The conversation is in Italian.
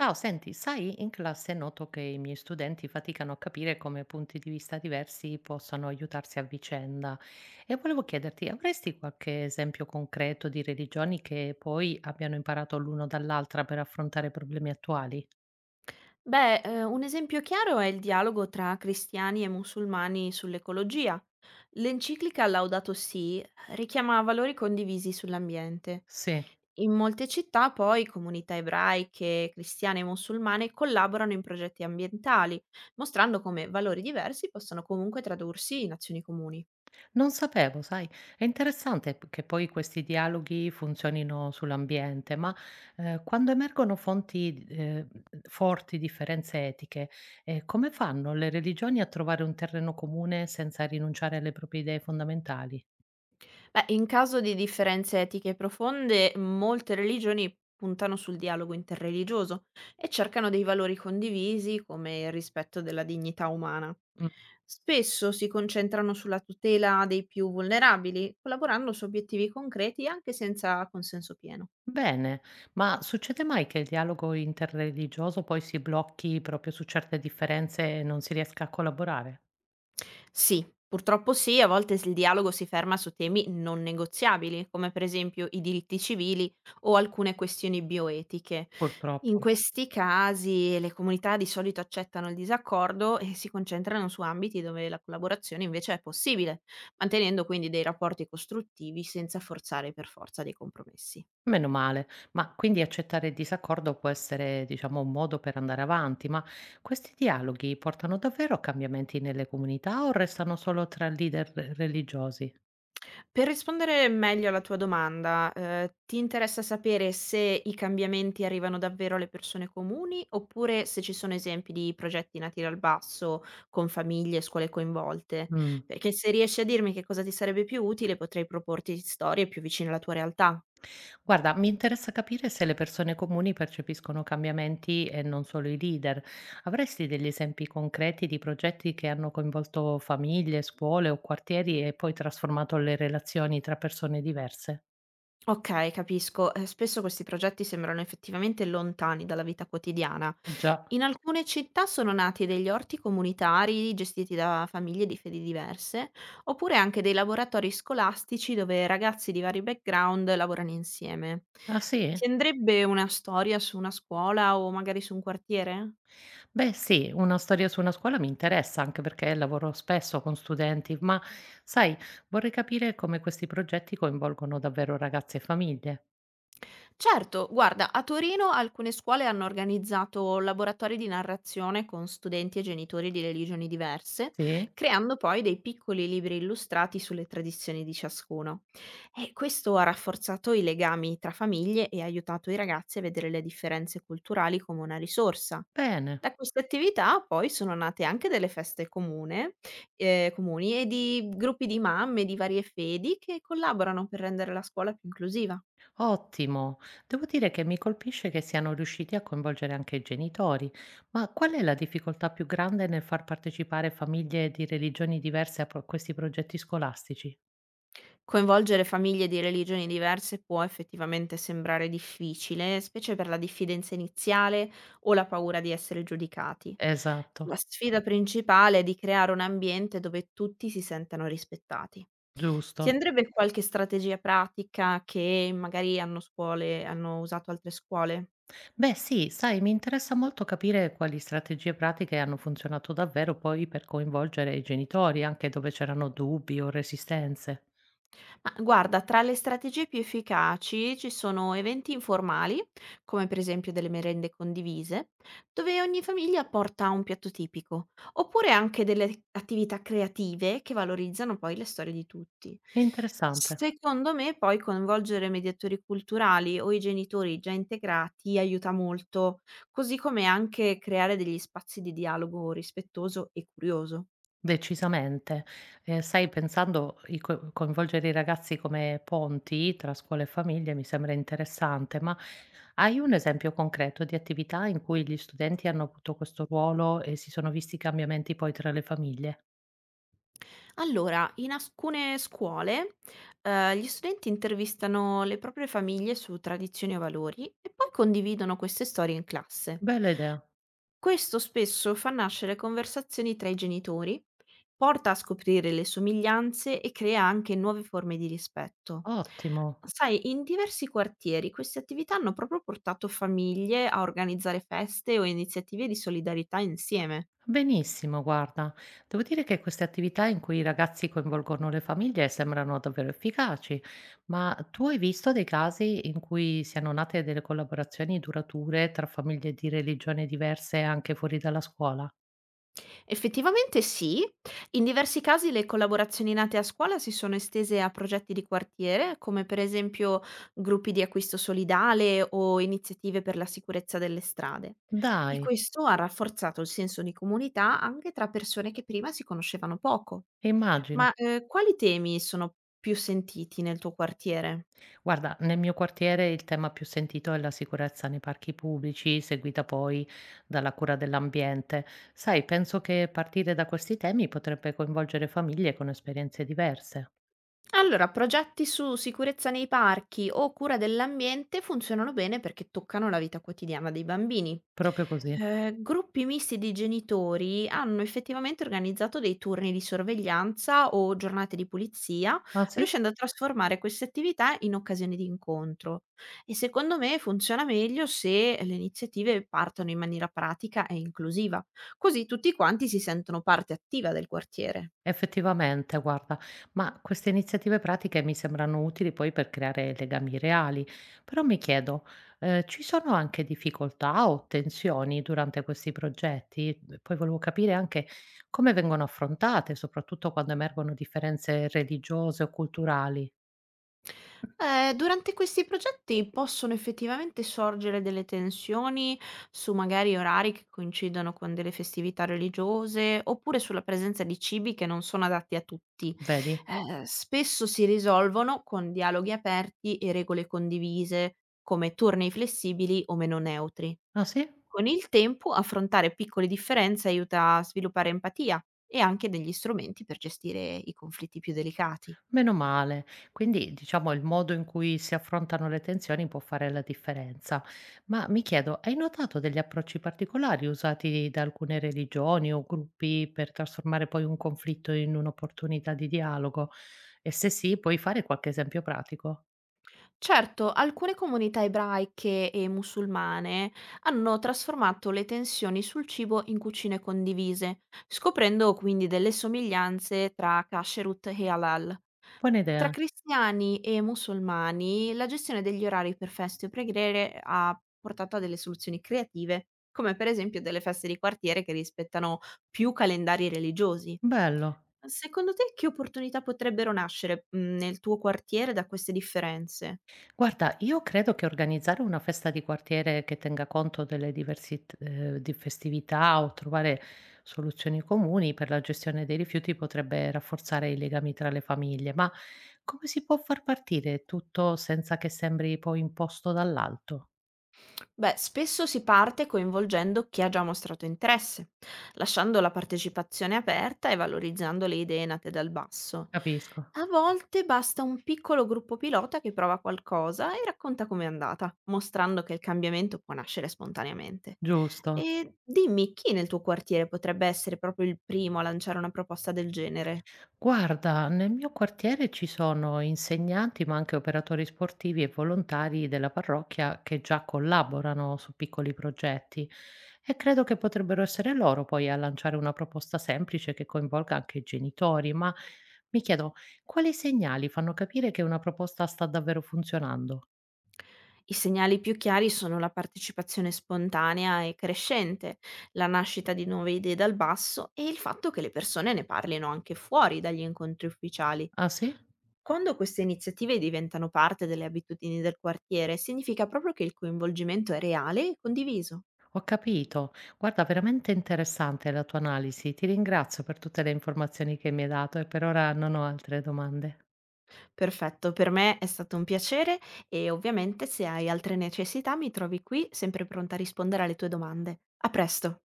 Ciao, senti, sai, in classe noto che i miei studenti faticano a capire come punti di vista diversi possano aiutarsi a vicenda e volevo chiederti, avresti qualche esempio concreto di religioni che poi abbiano imparato l'uno dall'altra per affrontare problemi attuali? Beh, un esempio chiaro è il dialogo tra cristiani e musulmani sull'ecologia. L'enciclica Laudato Si richiama valori condivisi sull'ambiente. Sì. In molte città poi comunità ebraiche, cristiane e musulmane collaborano in progetti ambientali, mostrando come valori diversi possono comunque tradursi in azioni comuni. Non sapevo, sai, è interessante che poi questi dialoghi funzionino sull'ambiente, ma quando emergono fonti, forti differenze etiche, come fanno le religioni a trovare un terreno comune senza rinunciare alle proprie idee fondamentali? Beh, in caso di differenze etiche profonde, molte religioni puntano sul dialogo interreligioso e cercano dei valori condivisi come il rispetto della dignità umana. Mm. Spesso si concentrano sulla tutela dei più vulnerabili, collaborando su obiettivi concreti anche senza consenso pieno. Bene, ma succede mai che il dialogo interreligioso poi si blocchi proprio su certe differenze e non si riesca a collaborare? Sì, purtroppo sì, a volte s il dialogo si ferma su temi non negoziabili, come per esempio i diritti civili o alcune questioni bioetiche. In Purtroppo. questi casi le comunità di solito accettano il disaccordo e si concentrano su ambiti dove la collaborazione invece è possibile, mantenendo quindi dei rapporti costruttivi senza forzare per forza dei compromessi. Meno male, ma quindi accettare il disaccordo può essere, diciamo, un modo per andare avanti, ma questi dialoghi portano davvero a cambiamenti nelle comunità o restano solo tra leader religiosi? Per rispondere meglio alla tua domanda, ti interessa sapere se i cambiamenti arrivano davvero alle persone comuni, oppure se ci sono esempi di progetti nati dal basso, con famiglie e scuole coinvolte? Mm. Perché se riesci a dirmi che cosa ti sarebbe più utile, potrei proporti storie più vicine alla tua realtà. Guarda, mi interessa capire se le persone comuni percepiscono cambiamenti e non solo i leader. Avresti degli esempi concreti di progetti che hanno coinvolto famiglie, scuole o quartieri e poi trasformato le relazioni tra persone diverse? Okay, capisco. Spesso questi progetti sembrano effettivamente lontani dalla vita quotidiana. Già. In alcune città sono nati degli orti comunitari gestiti da famiglie di fedi diverse, oppure anche dei laboratori scolastici dove ragazzi di vari background lavorano insieme. Ah sì? Ti andrebbe una storia su una scuola o magari su un quartiere? Beh sì, una storia su una scuola mi interessa, anche perché lavoro spesso con studenti, ma sai, vorrei capire come questi progetti coinvolgono davvero ragazze e famiglie. Certo, guarda, a Torino alcune scuole hanno organizzato laboratori di narrazione con studenti e genitori di religioni diverse, Sì? creando poi dei piccoli libri illustrati sulle tradizioni di ciascuno. E questo ha rafforzato i legami tra famiglie e ha aiutato i ragazzi a vedere le differenze culturali come una risorsa. Bene. Da queste attività poi sono nate anche delle feste comuni e di gruppi di mamme di varie fedi che collaborano per rendere la scuola più inclusiva. Ottimo. Devo dire che mi colpisce che siano riusciti a coinvolgere anche i genitori, ma qual è la difficoltà più grande nel far partecipare famiglie di religioni diverse a questi progetti scolastici? Coinvolgere famiglie di religioni diverse può effettivamente sembrare difficile, specie per la diffidenza iniziale o la paura di essere giudicati. Esatto. La sfida principale è di creare un ambiente dove tutti si sentano rispettati. Ti Giusto. andrebbe qualche strategia pratica che magari hanno usato altre scuole? Beh sì, sai, mi interessa molto capire quali strategie pratiche hanno funzionato davvero poi per coinvolgere i genitori, anche dove c'erano dubbi o resistenze. Ma guarda, tra le strategie più efficaci ci sono eventi informali, come per esempio delle merende condivise, dove ogni famiglia porta un piatto tipico, oppure anche delle attività creative che valorizzano poi le storie di tutti. È interessante. Secondo me, poi coinvolgere mediatori culturali o i genitori già integrati aiuta molto, così come anche creare degli spazi di dialogo rispettoso e curioso. Decisamente. Sai, pensando di coinvolgere i ragazzi come ponti tra scuola e famiglia mi sembra interessante, ma hai un esempio concreto di attività in cui gli studenti hanno avuto questo ruolo e si sono visti i cambiamenti poi tra le famiglie? Allora, in alcune scuole, gli studenti intervistano le proprie famiglie su tradizioni e valori e poi condividono queste storie in classe. Bella idea. Questo spesso fa nascere conversazioni tra i genitori, porta a scoprire le somiglianze e crea anche nuove forme di rispetto. Ottimo. Sai, in diversi quartieri queste attività hanno proprio portato famiglie a organizzare feste o iniziative di solidarietà insieme. Benissimo, guarda, devo dire che queste attività in cui i ragazzi coinvolgono le famiglie sembrano davvero efficaci, ma tu hai visto dei casi in cui siano nate delle collaborazioni durature tra famiglie di religioni diverse anche fuori dalla scuola? Effettivamente sì. In diversi casi le collaborazioni nate a scuola si sono estese a progetti di quartiere, come per esempio gruppi di acquisto solidale o iniziative per la sicurezza delle strade. E Dai, questo ha rafforzato il senso di comunità anche tra persone che prima si conoscevano poco. immagino. Ma quali temi sono più sentiti nel tuo quartiere? Guarda, nel mio quartiere il tema più sentito è la sicurezza nei parchi pubblici, seguita poi dalla cura dell'ambiente. Sai, penso che partire da questi temi potrebbe coinvolgere famiglie con esperienze diverse. Allora, progetti su sicurezza nei parchi o cura dell'ambiente funzionano bene perché toccano la vita quotidiana dei bambini. Proprio così. Gruppi misti di genitori hanno effettivamente organizzato dei turni di sorveglianza o giornate di pulizia, Ah sì? riuscendo a trasformare queste attività in occasioni di incontro. E secondo me funziona meglio se le iniziative partono in maniera pratica e inclusiva, così tutti quanti si sentono parte attiva del quartiere. Effettivamente guarda, ma queste iniziative pratiche mi sembrano utili poi per creare legami reali, però mi chiedo, ci sono anche difficoltà o tensioni durante questi progetti? Poi volevo capire anche come vengono affrontate, soprattutto quando emergono differenze religiose o culturali. Durante questi progetti possono effettivamente sorgere delle tensioni su magari orari che coincidono con delle festività religiose, oppure sulla presenza di cibi che non sono adatti a tutti. Vedi? Spesso si risolvono con dialoghi aperti e regole condivise, come turni flessibili o meno neutri. Ah sì? Con il tempo affrontare piccole differenze aiuta a sviluppare empatia e anche degli strumenti per gestire i conflitti più delicati. Meno male. Quindi, diciamo, il modo in cui si affrontano le tensioni può fare la differenza. Ma mi chiedo, hai notato degli approcci particolari usati da alcune religioni o gruppi per trasformare poi un conflitto in un'opportunità di dialogo? E se sì, puoi fare qualche esempio pratico? Certo, alcune comunità ebraiche e musulmane hanno trasformato le tensioni sul cibo in cucine condivise, scoprendo quindi delle somiglianze tra kasherut e halal. Buona Tra idea. cristiani e musulmani, la gestione degli orari per feste o preghiere ha portato a delle soluzioni creative, come per esempio delle feste di quartiere che rispettano più calendari religiosi. Bello. Secondo te che opportunità potrebbero nascere, nel tuo quartiere da queste differenze? Guarda, io credo che organizzare una festa di quartiere che tenga conto delle di festività o trovare soluzioni comuni per la gestione dei rifiuti potrebbe rafforzare i legami tra le famiglie, ma come si può far partire tutto senza che sembri poi imposto dall'alto? Beh, spesso si parte coinvolgendo chi ha già mostrato interesse, lasciando la partecipazione aperta e valorizzando le idee nate dal basso. Capisco. A volte basta un piccolo gruppo pilota che prova qualcosa e racconta com'è andata, mostrando che il cambiamento può nascere spontaneamente. Giusto. E dimmi, chi nel tuo quartiere potrebbe essere proprio il primo a lanciare una proposta del genere? Guarda, nel mio quartiere ci sono insegnanti, ma anche operatori sportivi e volontari della parrocchia che già collaborano su piccoli progetti e credo che potrebbero essere loro poi a lanciare una proposta semplice che coinvolga anche i genitori, ma mi chiedo quali segnali fanno capire che una proposta sta davvero funzionando? I segnali più chiari sono la partecipazione spontanea e crescente, la nascita di nuove idee dal basso e il fatto che le persone ne parlino anche fuori dagli incontri ufficiali. Ah sì? Quando queste iniziative diventano parte delle abitudini del quartiere, significa proprio che il coinvolgimento è reale e condiviso. Ho capito. Guarda, veramente interessante la tua analisi. Ti ringrazio per tutte le informazioni che mi hai dato e per ora non ho altre domande. Perfetto, per me è stato un piacere e ovviamente se hai altre necessità mi trovi qui sempre pronta a rispondere alle tue domande. A presto!